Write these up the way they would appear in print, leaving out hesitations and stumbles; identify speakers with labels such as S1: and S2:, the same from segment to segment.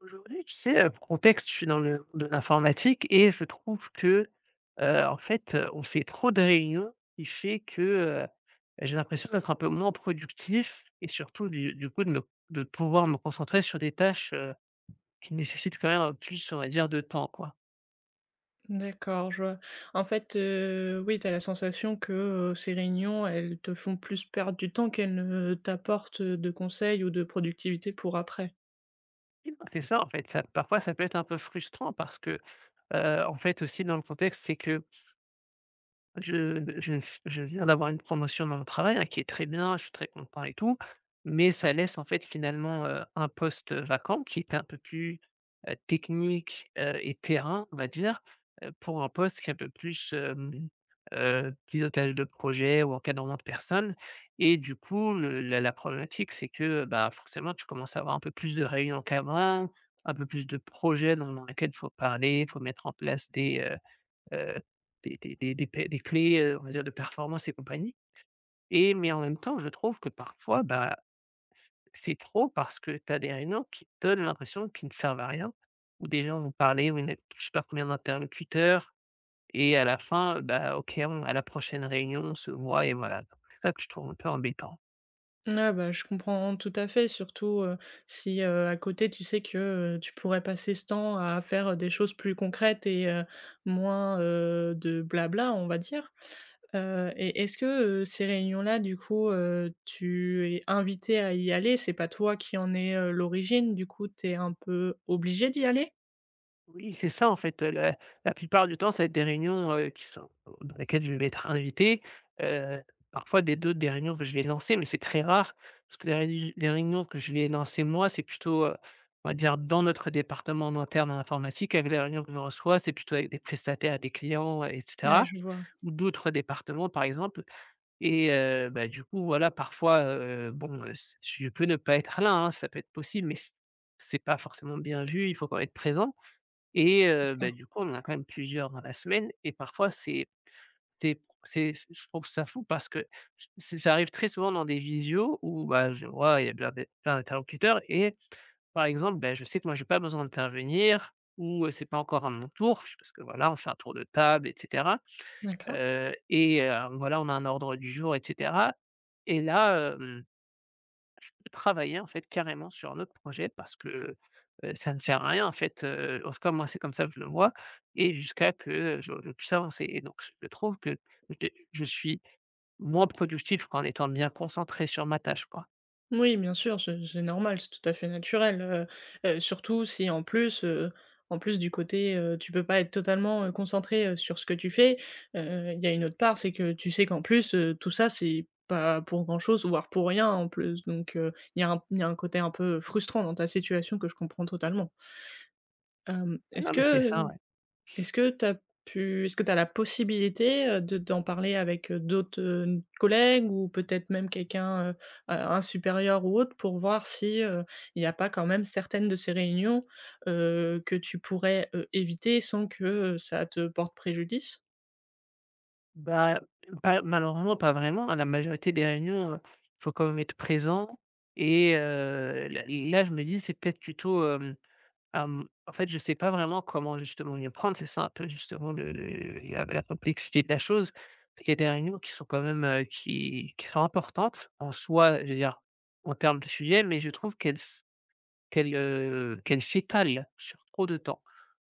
S1: Aujourd'hui, tu sais, pour contexte, je suis dans le monde de l'informatique et je trouve que, en fait, on fait trop de réunions, qui fait que, j'ai l'impression d'être un peu moins productif et surtout du coup de pouvoir me concentrer sur des tâches, qui nécessitent quand même, plus, on va dire, de temps, quoi.
S2: D'accord, je vois. En fait, oui, tu as la sensation que, ces réunions, elles te font plus perdre du temps qu'elles ne t'apportent, de conseils ou de productivité pour après.
S1: C'est ça, en fait, ça parfois ça peut être un peu frustrant parce que, en fait, aussi dans le contexte, c'est que Je je je viens d'avoir une promotion dans mon travail, hein, qui est très bien, je suis très content et tout, mais ça laisse en fait finalement, un poste, vacant qui est un peu plus, technique, et terrain, on va dire, pour un poste qui est un peu plus, pilotage de projet ou encadrement de personnes et du coup le la la problématique c'est que, bah, forcément tu commences à avoir un peu plus de réunions cadres, un peu plus de projets dans lesquels il faut parler, il faut mettre en place heu, des p des clés, on va dire de performance et compagnie et mais en même temps, je trouve que parfois, bah, c'est trop parce que tu as des réunions qui te donnent l'impression qu'ils ne servent à rien, où des gens vont parler, où il y en a je sais pas combien d'interlocuteurs, et à la fin, bah, OK, on à la prochaine réunion, on se voit et voilà. Donc, c'est ça que je trouve un peu embêtant.
S2: Ouais, bah, je comprends tout à fait, surtout, si, à côté, tu sais que, tu pourrais passer ce temps à faire, des choses plus concrètes et moins, de blabla, on va dire. Et est-ce que, ces réunions-là, du coup, tu es invité à y aller? C'est pas toi qui en est, l'origine, du coup, tu es un peu obligé d'y aller?
S1: Oui, c'est ça en fait, la plupart du temps, ça va être des réunions, qui sont dans lesquelles je vais être invité, heu, parfois des 2 des réunions que je vais lancer, mais c'est très rare parce que les réunions que je vais lancer moi, c'est plutôt, on va dire dans notre département en interne en informatique avec les réunions que je reçois, c'est plutôt avec des prestataires, des clients, et
S2: Ouais,
S1: cetera
S2: je vois.
S1: ou d'autres départements par exemple et bah, du coup voilà parfois, bon, c je peux ne pas être là, hein, ça peut être possible mais c'est pas forcément bien vu, il faut quand même être présent. Et bah,
S2: D'accord,
S1: du coup, on en a quand même plusieurs dans la semaine et parfois c'est des c'est je trouve ça fou parce que c'est ça arrive très souvent dans des visios où, bah, je vois, il y a plein d'interlocuteurs et par exemple, ben je sais que moi j'ai pas besoin d'intervenir ou, c'est pas encore à mon tour parce que voilà, on fait un tour de table et cetera,
S2: d'accord.
S1: et voilà, on a un ordre du jour et cetera et là, hem Travailler en fait carrément sur un autre projet parce que, ça ne sert à rien en fait, en tout cas moi c'est comme ça que je le vois et jusqu'à que, je puisse avancer et donc je trouve que je suis moins productif qu'en étant bien concentré sur ma tâche, quoi.
S2: Oui, bien sûr, c'est normal, c'est tout à fait naturel. Surtout si en plus, en plus du côté, tu peux pas être totalement, concentré, sur ce que tu fais, il y a une autre part, c'est que tu sais qu'en plus, tout ça, c'est pas pour grand-chose, voire pour rien en plus, donc il y a un côté un peu frustrant dans ta situation que je comprends totalement. Hem,
S1: Ah non mais c'est ça, ouais.
S2: est-ce que tu as pu Est-ce que tu as la possibilité, de d'en parler avec, d'autres, collègues ou peut-être même quelqu'un, un supérieur ou autre pour voir si, il n'y a pas quand même certaines de ces réunions, que tu pourrais, éviter sans que, ça te porte préjudice?
S1: Bah, pas malheureusement, pas vraiment. À la majorité des réunions, il faut quand même être présent et là là, je me dis, c'est peut-être plutôt, en fait, je sais pas vraiment comment justement m'y prendre. C'est ça un peu justement le la la complexité de la chose. Il y a des réunions qui sont quand même, qui sont importantes en soi, je veux dire, en termes de sujet, mais je trouve qu'elles, qu'elles s'étalent sur trop de temps.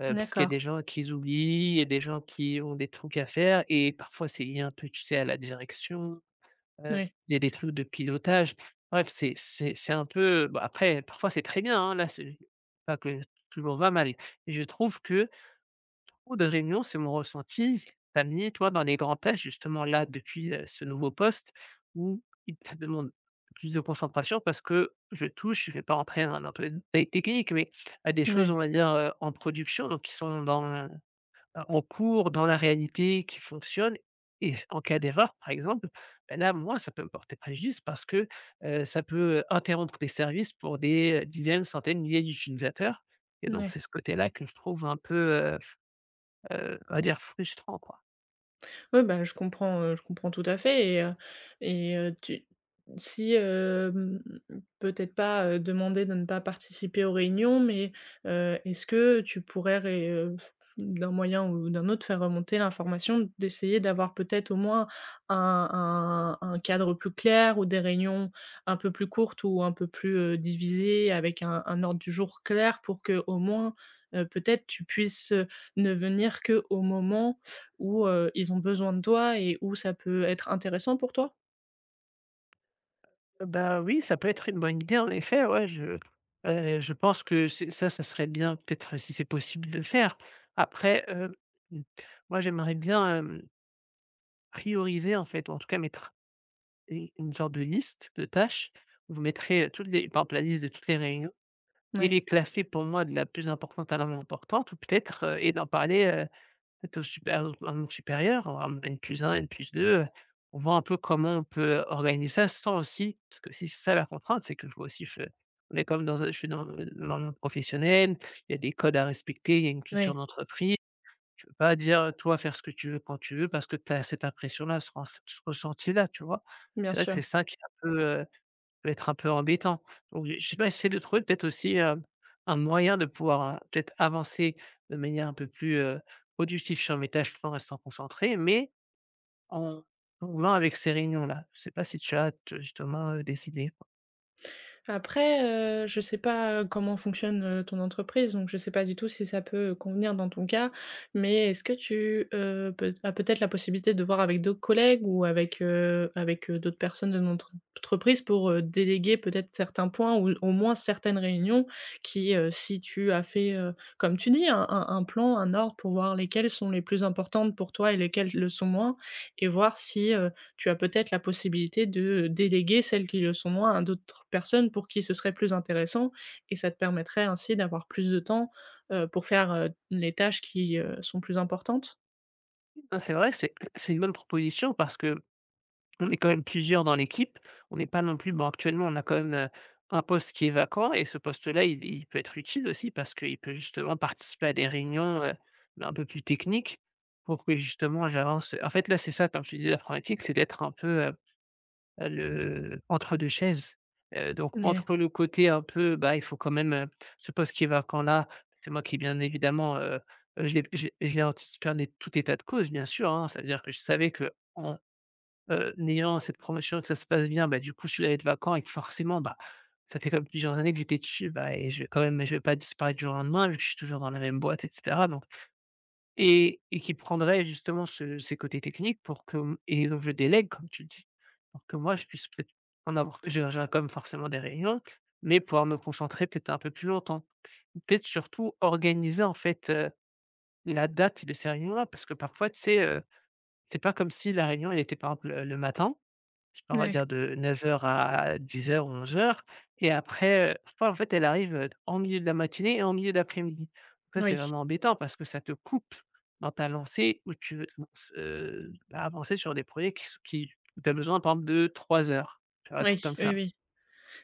S1: Parce qu'il y a
S2: D'accord.
S1: des gens qui oublient, il y a des gens qui ont des trucs à faire et parfois c'est lié un peu, tu sais, à la direction, heu,
S2: Oui.
S1: il y a des trucs de pilotage. Bref, c'est un peu bah, après parfois c'est très bien, hein, là, c'est pas que tout le monde va mal. Et je trouve que beaucoup de réunions, c'est mon ressenti, tu mis toi dans les grands tests justement là depuis, ce nouveau poste où il te demande plus de concentration parce que je touche, je ne vais pas rentrer dans un peu technique, mais à des choses,
S2: Oui.
S1: on va dire, en production donc qui sont dans on court dans la réalité qui fonctionne et en cas d'erreur, par exemple, bah, là, moi, ça peut me porter préjudice parce que, ça peut, interrompre des services pour des, dizaines, centaines, milliers d'utilisateurs et donc
S2: Oui.
S1: c'est ce côté-là que je trouve un peu, heu, on va dire frustrant, quoi.
S2: Ouais, bah, je comprends tout à fait et tu si, peut-être pas, demander de ne pas participer aux réunions, mais est-ce que tu pourrais ré f d'un moyen ou d'un autre, faire remonter l'information, d'essayer d'avoir peut-être au moins un cadre plus clair ou des réunions un peu plus courtes ou un peu plus, divisées avec un ordre du jour clair pour que au moins, peut-être tu puisses, ne venir que au moment où, ils ont besoin de toi et où ça peut être intéressant pour toi?
S1: Bah, oui, ça peut être une bonne idée en effet, ouais, je pense que c'est ça, ça serait bien peut-être si c'est possible de faire. Après, mmh, moi j'aimerais bien, prioriser en fait, ou en tout cas mettre une sorte de liste de tâches. Vous Je mettrais, toutes les par exemple la liste de toutes les réunions et
S2: Ouais,
S1: les classer pour moi de la plus importante à la moins importante ou peut-être, et d'en parler, peut-être au planning supérieur, au en N+1, N+2, on voit un peu comment on peut organiser ça sans aussi parce que si c'est ça la contrainte, c'est que je vois aussi je on est comme dans un je suis dans le monde professionnel, il y a des codes à respecter, il y a une culture
S2: ouais,
S1: d'entreprise. Je ne peux pas dire, toi, faire ce que tu veux quand tu veux parce que tu as cette impression-là, ce ressenti-là, tu vois?
S2: bien
S1: C'est vrai que
S2: sûr.
S1: c'est ça qui est un peu, peut être un peu embêtant. Donc je sais pas, essayer de trouver peut-être aussi, un moyen de pouvoir, peut-être avancer de manière un peu plus, productive sur mes tâches tout en restant concentré, mais en jouant avec ces réunions-là. Je sais pas si tu as t justement, des idées?
S2: Après, je sais pas, comment fonctionne, ton entreprise, donc je sais pas du tout si ça peut, convenir dans ton cas. Mais est-ce que tu, peut as peut-être la possibilité de voir avec d'autres collègues ou avec, avec, d'autres personnes de notre entreprise pour, déléguer peut-être certains points ou au moins certaines réunions qui, si tu as fait, comme tu dis, un plan, un ordre pour voir lesquelles sont les plus importantes pour toi et lesquelles le sont moins et voir si, tu as peut-être la possibilité de déléguer celles qui le sont moins à d'autres personnes pour qui ce serait plus intéressant et ça te permettrait ainsi d'avoir plus de temps, pour faire, les tâches qui, sont plus importantes.
S1: Non, c'est vrai, c'est une bonne proposition parce que On est quand même plusieurs dans l'équipe. On n'est pas non plus bon, actuellement, on a quand même, un poste qui est vacant et ce poste-là, il peut être utile aussi parce qu'il peut justement participer à des réunions, bah, un peu plus techniques pour que justement j'avance. En fait, là, c'est ça, comme je te disais, l'informatique, c'est d'être un peu, le entre 2 chaises. Donc
S2: Ouais,
S1: entre le côté un peu, bah, il faut quand même, ce poste qui est vacant là, c'est moi qui, bien évidemment, je l'ai anticipé en tout état de cause, bien sûr, hein. C'est-à-dire que je savais qu'on n'ayant cette promotion, que ça se passe bien, bah, du coup, je suis allé être vacant et que forcément, bah, ça fait quand plusieurs années que j'étais dessus, bah, et je vais quand même je vais pas disparaître du jour au lendemain vu que je suis toujours dans la même boîte et cetera donc et qui prendrait justement ce ces côtés techniques pour que et donc je délègue comme tu le dis, pour que moi je puisse peut-être en avoir j'ai quand même forcément des réunions, mais pouvoir me concentrer peut-être un peu plus longtemps. Peut-être surtout organiser en fait, la date de ces réunions-là parce que parfois tu sais, c'est pas comme si la réunion elle était par exemple, le matin on va
S2: ouais,
S1: dire de 9 heures à 10 heures ou 11 heures et après, parfois, en fait, elle arrive, en milieu de la matinée et en milieu d'après-midi. Ça, c'est
S2: oui,
S1: vraiment embêtant parce que ça te coupe dans ta lancée où tu veux te bah, avancer sur des projets qui où tu as besoin, par exemple, de 3 heures, tu vois? Un truc
S2: oui,
S1: comme
S2: oui,
S1: ça.
S2: oui.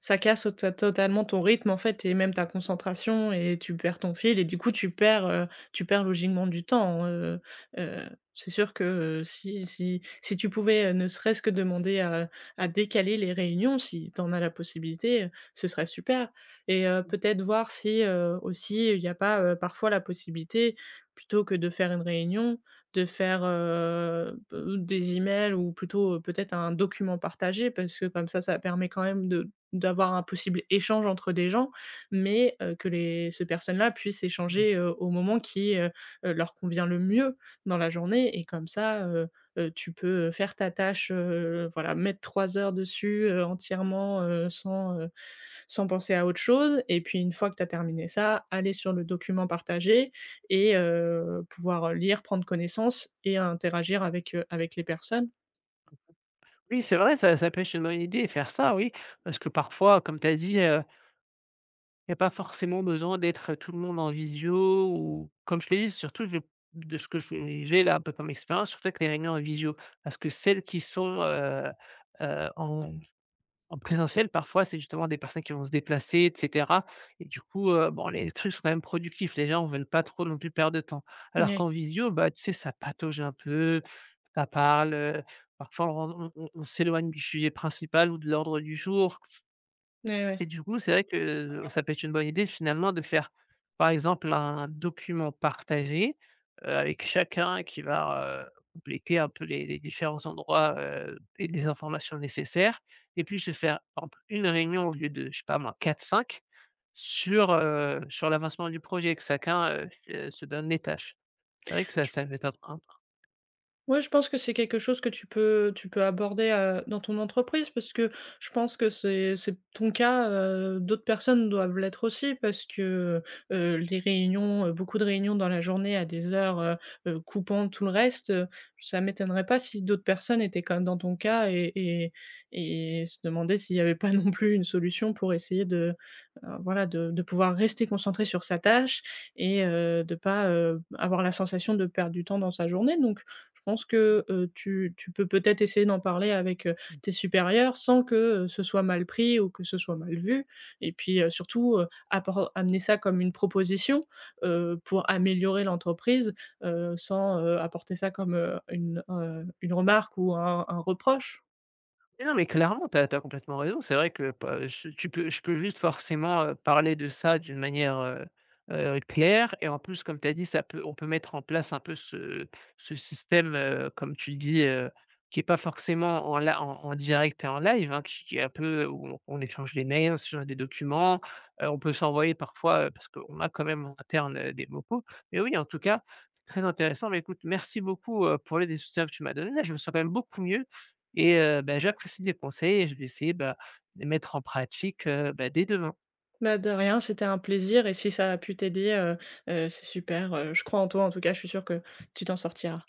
S2: Ça casse to totalement ton rythme, en fait, et même ta concentration et tu perds ton fil et du coup, tu perds logiquement du temps. Heu, c'est sûr que, si tu pouvais, ne serait-ce que demander à décaler les réunions, si tu en as la possibilité, ce serait super et
S1: Mmh.
S2: peut-être voir si, aussi, il y a pas, parfois la possibilité, plutôt que de faire une réunion, de faire, b des emails ou plutôt, peut-être un document partagé parce que comme ça permet quand même de d'avoir un possible échange entre des gens, mais que les ces personnes-là puissent
S1: Mmh.
S2: échanger, au moment qui, leur convient le mieux dans la journée et comme ça, tu peux, faire ta tâche, voilà, mettre 3 heures dessus, entièrement, sans, sans penser à autre chose et puis une fois que tu as terminé ça, aller sur le document partagé et pouvoir, lire, prendre connaissance et interagir avec, avec les personnes.
S1: Oui, c'est vrai, ça peut être une bonne idée, faire ça, oui. Parce que parfois, comme tu as dit, il y a pas forcément besoin d'être, tout le monde en visio ou comme je t'ai dit, surtout je de ce que je j'ai là, un peu comme expérience, surtout avec les réunions en visio. Parce que celles qui sont, heu, en En présentiel, parfois, c'est justement des personnes qui vont se déplacer, et cetera et du coup, bon, les trucs sont quand même productifs. Les gens ne veulent pas trop non plus perdre de temps. Alors
S2: Ouais,
S1: qu'en visio, bah, tu sais, ça patauge un peu, ça parle, parfois on s'éloigne du sujet principal ou de l'ordre du jour.
S2: ouais,
S1: Et
S2: ouais.
S1: du coup, c'est vrai que, ça peut être une bonne idée finalement de faire, par exemple, un document partagé, avec chacun qui va, compléter un peu les différents endroits, et les informations nécessaires et puis se faire, par exemple, une réunion au lieu de, je sais pas moi, 4-5 sur, sur l'avancement du projet, que chacun, se donne les tâches. C'est vrai que ça va être un.
S2: Ouais, je pense que c'est quelque chose que tu peux aborder, dans ton entreprise parce que je pense que c'est ton cas, d'autres personnes doivent l'être aussi parce que, les réunions, beaucoup de réunions dans la journée à des heures, coupant tout le reste, ça m'étonnerait pas si d'autres personnes étaient comme dans ton cas et et se demandaient s'il n'y avait pas non plus une solution pour essayer de, voilà, de pouvoir rester concentré sur sa tâche et de pas, avoir la sensation de perdre du temps dans sa journée donc je pense que, tu peux peut-être essayer d'en parler avec,
S1: Mmh.
S2: tes supérieurs sans que, ce soit mal pris ou que ce soit mal vu et puis, surtout, appor amener ça comme une proposition, pour améliorer l'entreprise, sans, apporter ça comme, une remarque ou un reproche.
S1: Eh non, mais clairement, tu as complètement raison. C'est vrai que pa je tu peux je peux juste forcément, parler de ça d'une manière, claire et en plus, comme tu as dit, ça peut on peut mettre en place un peu ce système, comme tu dis, qui est pas forcément en direct et en live, hein, qui est un peu où on échange des mails, on s'échange des documents, on peut s'envoyer parfois, parce qu'on a quand même en interne, des vocaux. Mais oui, en tout cas, très intéressant. Mais écoute, merci beaucoup, pour les des soutiens que tu m'as donné. Là, je me sens quand même beaucoup mieux. Et bah, j'apprécie tes conseils et je vais essayer, bah, de les mettre en pratique, bah, dès demain.
S2: Bah, de rien, c'était un plaisir et si ça a pu t'aider, c'est super, je crois en toi en tout cas, je suis sûre que tu t'en sortiras.